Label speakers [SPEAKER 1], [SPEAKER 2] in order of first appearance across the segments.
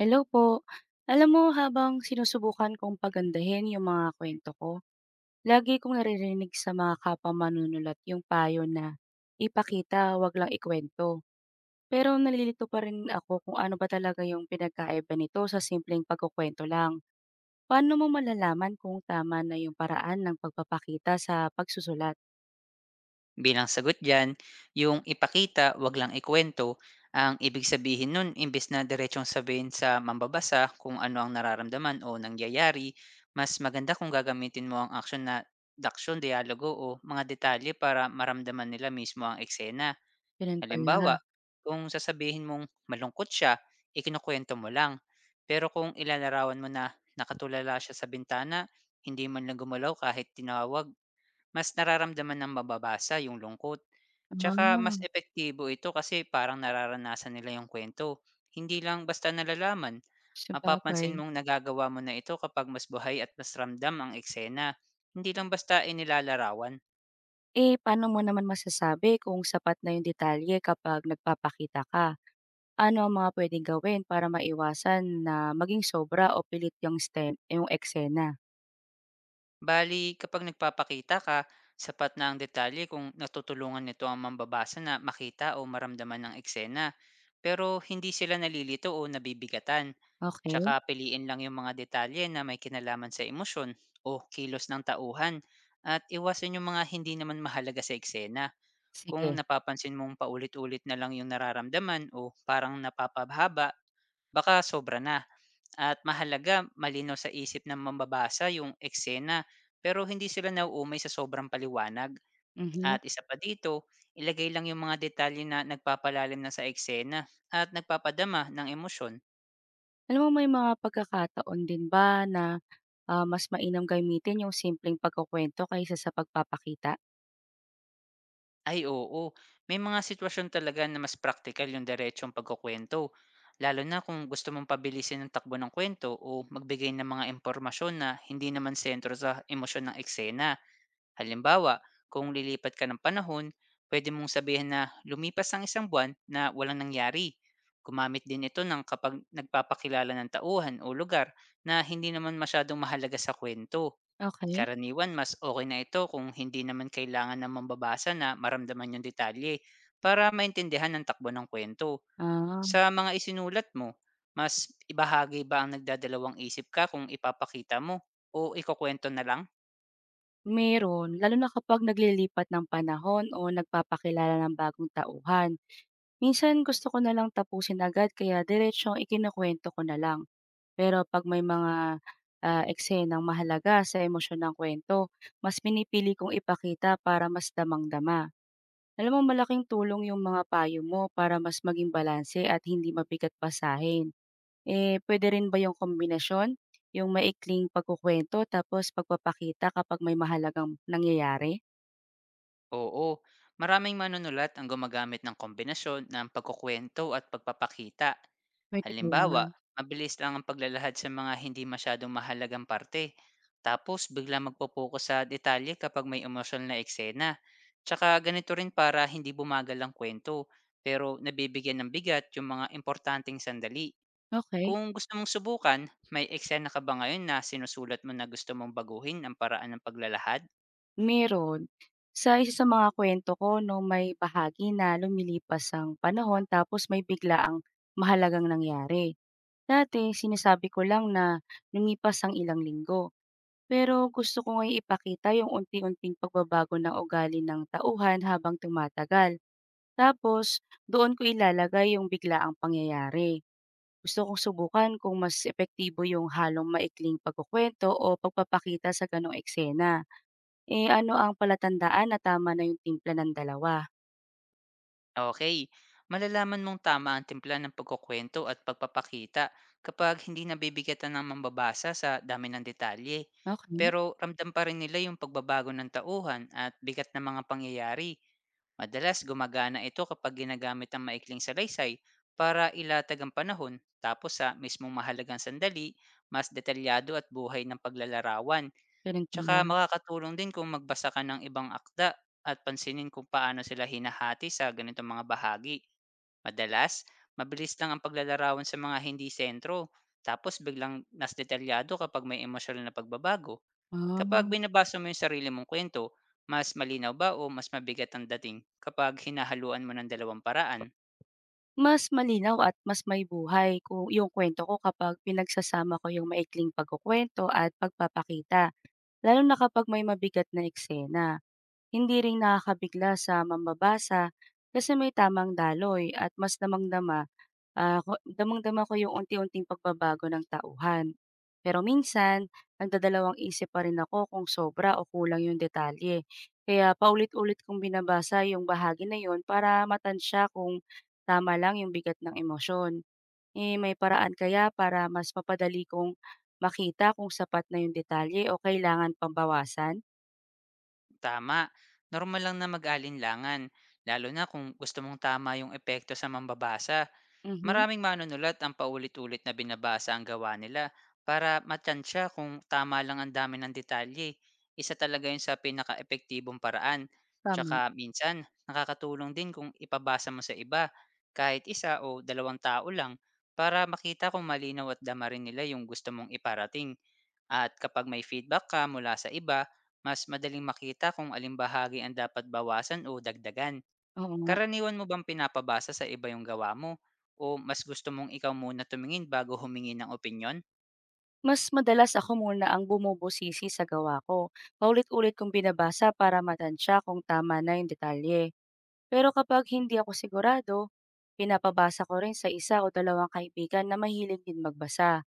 [SPEAKER 1] Hello po. Alam mo, habang sinusubukan kong pagandahin yung mga kwento ko, lagi kong naririnig sa mga kapwa manunulat yung payo na ipakita, wag lang ikwento. Pero nalilito pa rin ako kung ano ba talaga yung pinagkaiba nito sa simpleng pagkukwento lang. Paano mo malalaman kung tama na yung paraan ng pagpapakita sa pagsusulat?
[SPEAKER 2] Bilang sagot diyan, yung ipakita, wag lang ikwento, ang ibig sabihin nun imbes na diretsong sabihin sa mambabasa kung ano ang nararamdaman o nangyayari, mas maganda kung gagamitin mo ang action na daksyon dialogo o mga detalye para maramdaman nila mismo ang eksena.
[SPEAKER 1] Ganun
[SPEAKER 2] Halimbawa,
[SPEAKER 1] pala.
[SPEAKER 2] kung sasabihin mong malungkot siya, ikinukwento mo lang. Pero kung ilalarawan mo na nakatulala siya sa bintana, hindi man lang gumalaw kahit tinawag, mas nararamdaman ng mababasa yung lungkot. Tsaka
[SPEAKER 1] Ah,
[SPEAKER 2] mas epektibo ito kasi parang nararanasan nila yung kwento. Hindi lang basta nalalaman.
[SPEAKER 1] sabagay.
[SPEAKER 2] Mapapansin mong nagagawa mo na ito kapag mas buhay at mas ramdam ang eksena. Hindi lang basta inilalarawan.
[SPEAKER 1] Eh, paano mo naman masasabi kung sapat na yung detalye kapag nagpapakita ka? Ano ang mga pwedeng gawin para maiwasan na maging sobra o pilit yung sten yung eksena?
[SPEAKER 2] Bali, kapag nagpapakita ka, sapat na ang detalye kung natutulungan nito ang mambabasa na makita o maramdaman ng eksena. Pero hindi sila nalilito o nabibigatan. Tsaka
[SPEAKER 1] Okay,
[SPEAKER 2] piliin lang yung mga detalye na may kinalaman sa emosyon o kilos ng tauhan at iwasan yung mga hindi naman mahalaga sa eksena. Kung
[SPEAKER 1] sige,
[SPEAKER 2] napapansin mong paulit-ulit na lang yung nararamdaman o parang napapabhaba, baka sobra na. At mahalaga, malinaw sa isip ng mambabasa yung eksena pero hindi sila nauumay sa sobrang paliwanag.
[SPEAKER 1] mhm.
[SPEAKER 2] At isa pa dito, ilagay lang yung mga detalye na nagpapalalim na sa eksena at nagpapadama ng emosyon.
[SPEAKER 1] Alam mo, may mga pagkakataon din ba na, mas mainam gamitin yung simpleng pagkukuwento kaysa sa pagpapakita?
[SPEAKER 2] Ay oo, may mga sitwasyon talaga na mas praktikal yung diretsong pagkukuwento, lalo na kung gusto mong pabilisin ang takbo ng kwento o magbigay ng mga impormasyon na hindi naman sentro sa emosyon ng eksena. Halimbawa, kung lilipat ka ng panahon, pwede mong sabihin na lumipas ang isang buwan na walang nangyari. Gumamit din ito ng kapag nagpapakilala ng tauhan o lugar na hindi naman masyadong mahalaga sa kwento.
[SPEAKER 1] Okay.
[SPEAKER 2] Karaniwan, mas okay na ito kung hindi naman kailangan ng mambabasa na maramdaman yung detalye para maintindihan ang takbo ng kwento.
[SPEAKER 1] ah,
[SPEAKER 2] Sa mga isinulat mo, mas ibahagi ba ang nagdadalawang isip ka kung ipapakita mo o ikukuwento na lang?
[SPEAKER 1] Meron, lalo na kapag naglilipat ng panahon o nagpapakilala ng bagong tauhan. Minsan gusto ko na lang tapusin agad kaya diretsong ikinukuwento ko na lang. Pero pag may mga, eksenang mahalaga sa emosyon ng kuwento, mas pinipili kong ipakita para mas damang-dama. Alam mo, malaking tulong yung mga payo mo para mas maging balanse at hindi mabigat pasahin. Eh, puwede rin ba yung kombinasyon, yung maikling pagkukuwento tapos pagpapakita kapag may mahalagang nangyayari?
[SPEAKER 2] Oo, maraming manunulat ang gumagamit ng kombinasyon ng pagkukuwento at pagpapakita.
[SPEAKER 1] Puwede pala,
[SPEAKER 2] Halimbawa, mabilis lang ang paglalahad sa mga hindi masyadong mahalagang parte. Tapos bigla magpo-focus sa detalye kapag may emosyonal na eksena. Tsaka ganito rin para hindi bumagal ang kwento, pero nabibigyan ng bigat yung mga importanteng sandali.
[SPEAKER 1] okey.
[SPEAKER 2] Kung gusto mong subukan, may eksena ka ba ngayon na sinusulat mo na gusto mong baguhin ang paraan ng paglalahad?
[SPEAKER 1] Meron. Sa isa sa mga kwento ko 'no, may bahagi na lumilipas ang panahon tapos may bigla ang mahalagang nangyari. Dati sinasabi ko lang na lumipas ang ilang linggo, pero gusto ko ngayong ipakita yung unti-unting pagbabago ng ugali ng tauhan habang tumatagal. Tapos doon ko ilalagay yung biglaang pangyayari. Gusto kong subukan kung mas epektibo yung halong maikling pagkukuwento o pagpapakita sa gano'ng eksena. Eh, ano ang palatandaan na tama na yung timpla ng dalawa?
[SPEAKER 2] Okay, malalaman mong tama ang timpla ng pagkukuwento at pagpapakita kapag hindi nabibigatan ng mambabasa sa dami ng detalye.
[SPEAKER 1] Okey,
[SPEAKER 2] Pero ramdam pa rin nila yung pagbabago ng tauhan at bigat ng mga pangyayari. Madalas gumagana ito kapag ginagamit ang maikling salaysay para ilatag ang panahon tapos sa mismong mahalagang sandali, mas detalyado at buhay ng paglalarawan.
[SPEAKER 1] ganun
[SPEAKER 2] Tsaka
[SPEAKER 1] pala.
[SPEAKER 2] makakatulong din kung magbasa ka ng ibang akda at pansinin kung paano sila hinahati sa ganitong mga bahagi. Madalas, mabilis lang ang paglalarawan sa mga hindi sentro, tapos biglang nas detalyado kapag may emosyonal na pagbabago. Kapag
[SPEAKER 1] Ah.
[SPEAKER 2] binabasa mo yung sarili mong kwento, mas malinaw ba o mas mabigat ang dating kapag hinahaluan mo ng dalawang paraan?
[SPEAKER 1] Mas malinaw at mas may buhay kung yung kwento ko kapag pinagsasama ko yung maikling pagkukuwento at pagpapakita, lalo na kapag may mabigat na eksena. Hindi rin nakakabigla sa mambabasa kasi may tamang daloy at mas damang-dama. Ko damang-dama ko yung unti-unting pagbabago ng tauhan. Pero minsan, nagdadalawang isip pa rin ako kung sobra o kulang yung detalye. Kaya paulit-ulit kong binabasa yung bahagi na yun para matansya kung tama lang yung bigat ng emosyon. Eh, may paraan kaya para mas mapadali kong makita kung sapat na yung detalye o kailangan pang bawasan?
[SPEAKER 2] Tama, normal lang na mag-alinlangan, lalo na kung gusto mong tama yung epekto sa mambabasa.
[SPEAKER 1] Mhm,
[SPEAKER 2] Maraming manunulat ang paulit-ulit na binabasa ang gawa nila para matansya kung tama lang ang dami ng detalye. Isa talaga yun sa pinaka-epektibong paraan. Tsaka
[SPEAKER 1] tama.
[SPEAKER 2] minsan, nakakatulong din kung ipabasa mo sa iba, kahit isa o dalawang tao lang, para makita kung malinaw at dama rin nila yung gusto mong iparating. At kapag may feedback ka mula sa iba, mas madaling makita kung aling bahagi ang dapat bawasan o dagdagan.
[SPEAKER 1] Oo nga.
[SPEAKER 2] Karaniwan mo bang pinapabasa sa iba yung gawa mo o mas gusto mong ikaw muna tumingin bago humingi ng opinyon?
[SPEAKER 1] Mas madalas ako muna ang bumubusisi sa gawa ko. Paulit-ulit kong binabasa para matansya kung tama na yung detalye. Pero kapag hindi ako sigurado, pinapabasa ko rin sa isa o dalawang kaibigan na mahilig din magbasa.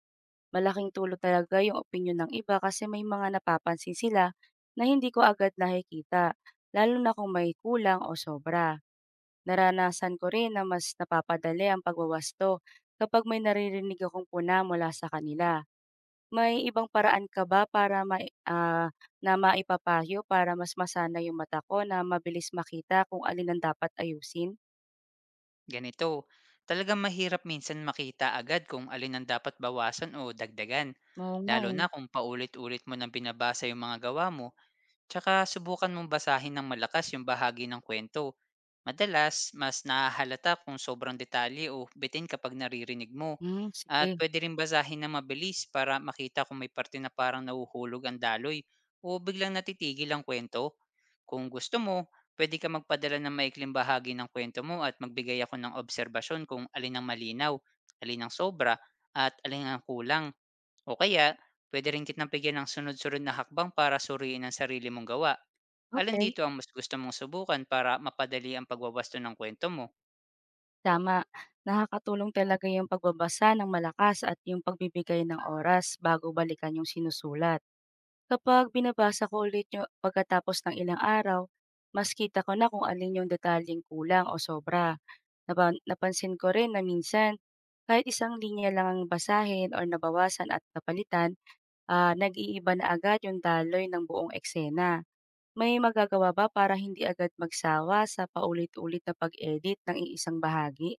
[SPEAKER 1] Malaking tulong talaga yung opinion ng iba kasi may mga napapansin sila na hindi ko agad nakikita, lalo na kung may kulang o sobra. Naranasan ko rin na mas napapadali ang pagwawasto kapag may naririnig akong puna mula sa kanila. May ibang paraan ka ba para na maipapayo para mas masana yung mata ko na mabilis makita kung alin ang dapat ayusin?
[SPEAKER 2] Ganito, talagang mahirap minsan makita agad kung alin ang dapat bawasan o dagdagan.
[SPEAKER 1] Oo nga,
[SPEAKER 2] Lalo
[SPEAKER 1] eh.
[SPEAKER 2] na kung paulit-ulit mo nang binabasa yung mga gawa mo, tsaka subukan mong basahin ng malakas yung bahagi ng kwento. Madalas, mas nahahalata kung sobrang detalye o bitin kapag naririnig mo.
[SPEAKER 1] Hmm,
[SPEAKER 2] At
[SPEAKER 1] sige.
[SPEAKER 2] pwede rin basahin ng mabilis para makita kung may parte na parang nahuhulog ang daloy o biglang natitigil ang kwento. Kung gusto mo, pwede ka magpadala ng maikling bahagi ng kwento mo at magbigay ako ng obserbasyon kung alin ang malinaw, alin ang sobra, at alin ang kulang. O kaya, pwede rin kitang bigyan ng sunod-sunod na hakbang para suriin ang sarili mong gawa. Alin
[SPEAKER 1] Okay,
[SPEAKER 2] dito ang mas gusto mong subukan para mapadali ang pagwawasto ng kwento mo?
[SPEAKER 1] tama. Nakakatulong talaga yung pagbabasa ng malakas at yung pagbibigay ng oras bago balikan yung sinusulat. Kapag binabasa ko ulit yung pagkatapos ng ilang araw, mas kita ko na kung alin yung detalyeng kulang o sobra. Napansin ko rin na minsan, kahit isang linya lang ang basahin o nabawasan at napalitan, nag-iiba na agad yung daloy ng buong eksena. May magagawa ba para hindi agad magsawa sa paulit-ulit na pag-edit ng iisang bahagi?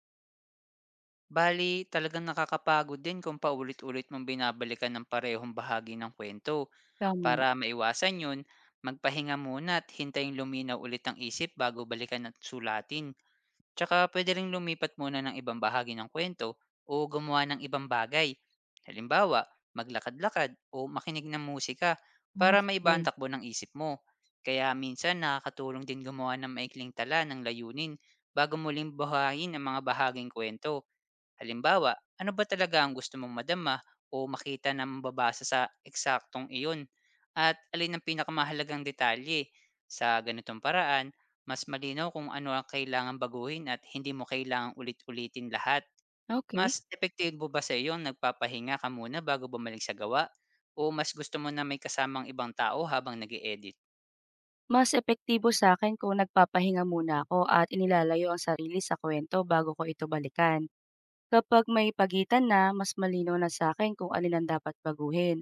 [SPEAKER 2] Bali, talagang nakakapagod din kung paulit-ulit mong binabalikan ng parehong bahagi ng kwento.
[SPEAKER 1] Tama.
[SPEAKER 2] Para maiwasan yun, magpahinga muna at hintayin luminaw ulit ang isip bago balikan at sulatin. Tsaka pwede ring lumipat muna ng ibang bahagi ng kwento o gumawa ng ibang bagay. Halimbawa, maglakad-lakad o makinig ng musika
[SPEAKER 1] Ah,
[SPEAKER 2] para maiba ang
[SPEAKER 1] sige.
[SPEAKER 2] takbo ng isip mo. Kaya minsan nakakatulong din gumawa ng maikling tala ng layunin bago muling buhayin ang mga bahaging kwento. Halimbawa, ano ba talaga ang gusto mong madama o makita na mababasa sa eksaktong iyon? At alin ang pinakamahalagang detalye? Sa ganitong paraan, mas malinaw kung ano ang kailangan baguhin at hindi mo kailangang ulit-ulitin lahat. Mas
[SPEAKER 1] Okay.
[SPEAKER 2] epektibo ba sa iyo ang nagpapahinga ka muna bago bumalik sa gawa? O mas gusto mo na may kasamang ibang tao habang nag edit?
[SPEAKER 1] Mas epektibo sa akin kung nagpapahinga muna ako at inilalayo ang sarili sa kwento bago ko ito balikan. Kapag may pagitan na, mas malinaw na sa akin kung alin ang dapat baguhin.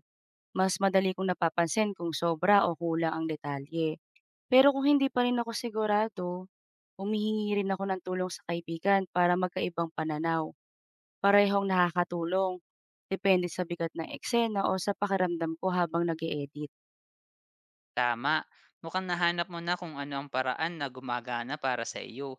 [SPEAKER 1] Mas madali kong napapansin kung sobra o kulang ang detalye. Pero kung hindi pa rin ako sigurado, humihingi rin ako ng tulong sa kaibigan para magkaibang pananaw. Parehong nakakatulong, depende sa bigat ng eksena o sa pakiramdam ko habang nag edit
[SPEAKER 2] Tama. Mukhang nahanap mo na kung ano ang paraan na gumagana para sa iyo.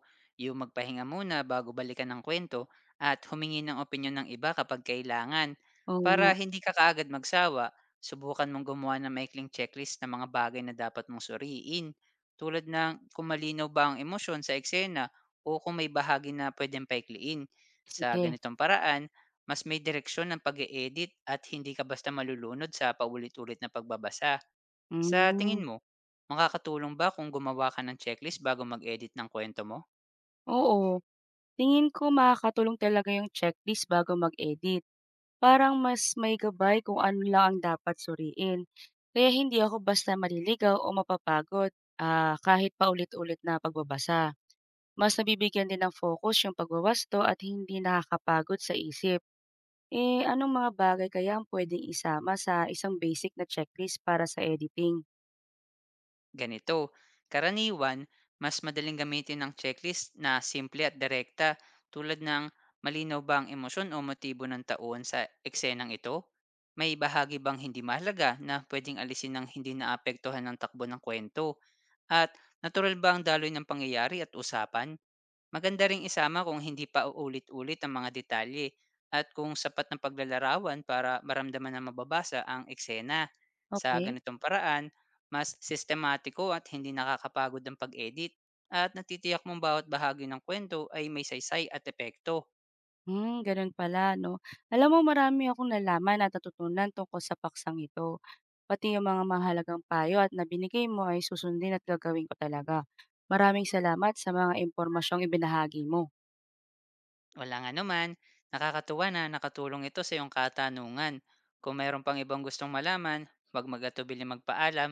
[SPEAKER 2] Yung magpahinga muna bago balikan ng kwento at humingi ng opinyon ng iba kapag kailangan.
[SPEAKER 1] Oo
[SPEAKER 2] Para
[SPEAKER 1] nga,
[SPEAKER 2] hindi ka kaagad magsawa, subukan mong gumawa ng maikling checklist ng mga bagay na dapat mong suriin. Tulad ng kung malinaw ba ang emosyon sa eksena o kung may bahagi na pwedeng paikliin. Sa
[SPEAKER 1] sige.
[SPEAKER 2] ganitong paraan, mas may direksyon ng pag-e-edit at hindi ka basta malulunod sa paulit-ulit na pagbabasa. Sa tingin
[SPEAKER 1] Hmm,
[SPEAKER 2] mo, makakatulong ba kung gumawa ka ng checklist bago mag-edit ng kwento mo?
[SPEAKER 1] oo. Tingin ko makakatulong talaga yung checklist bago mag-edit. Parang mas may gabay kung ano lang ang dapat suriin. Kaya hindi ako basta maliligaw o mapapagod, kahit paulit-ulit na pagbabasa. Mas nabibigyan din ng focus yung pagwawasto at hindi nakakapagod sa isip. Eh, anong mga bagay kaya ang pwedeng isama sa isang basic na checklist para sa editing?
[SPEAKER 2] Ganito, karaniwan, mas madaling gamitin ng checklist na simple at direkta, tulad ng: malinaw ba ang emosyon o motibo ng taon sa eksenang ito? May bahagi bang hindi mahalaga na pwedeng alisin ng hindi naapektuhan ng takbo ng kwento? At natural ba ang daloy ng pangyayari at usapan? Maganda ring isama kung hindi pa uulit-ulit ang mga detalye at kung sapat ng paglalarawan para maramdaman na mababasa ang eksena. Sa
[SPEAKER 1] Okay?
[SPEAKER 2] ganitong paraan, mas sistematiko at hindi nakakapagod ang pag-edit at natitiyak mong bawat bahagi ng kwento ay may saysay at epekto.
[SPEAKER 1] Hmm, gano'n pala 'no. Alam mo, marami akong nalaman at natutunan tungkol sa paksang ito. Pati yung mga mahalagang payo at na mo ay susundin at gagawin ko talaga. Maraming salamat sa mga impormasyong ibinahagi mo.
[SPEAKER 2] Wala nga naman, nakakatuwa na nakatulong ito sa iyong katanungan. Kung mayroon pang ibang gustong malaman, huwag mag-atubiling magpaalam.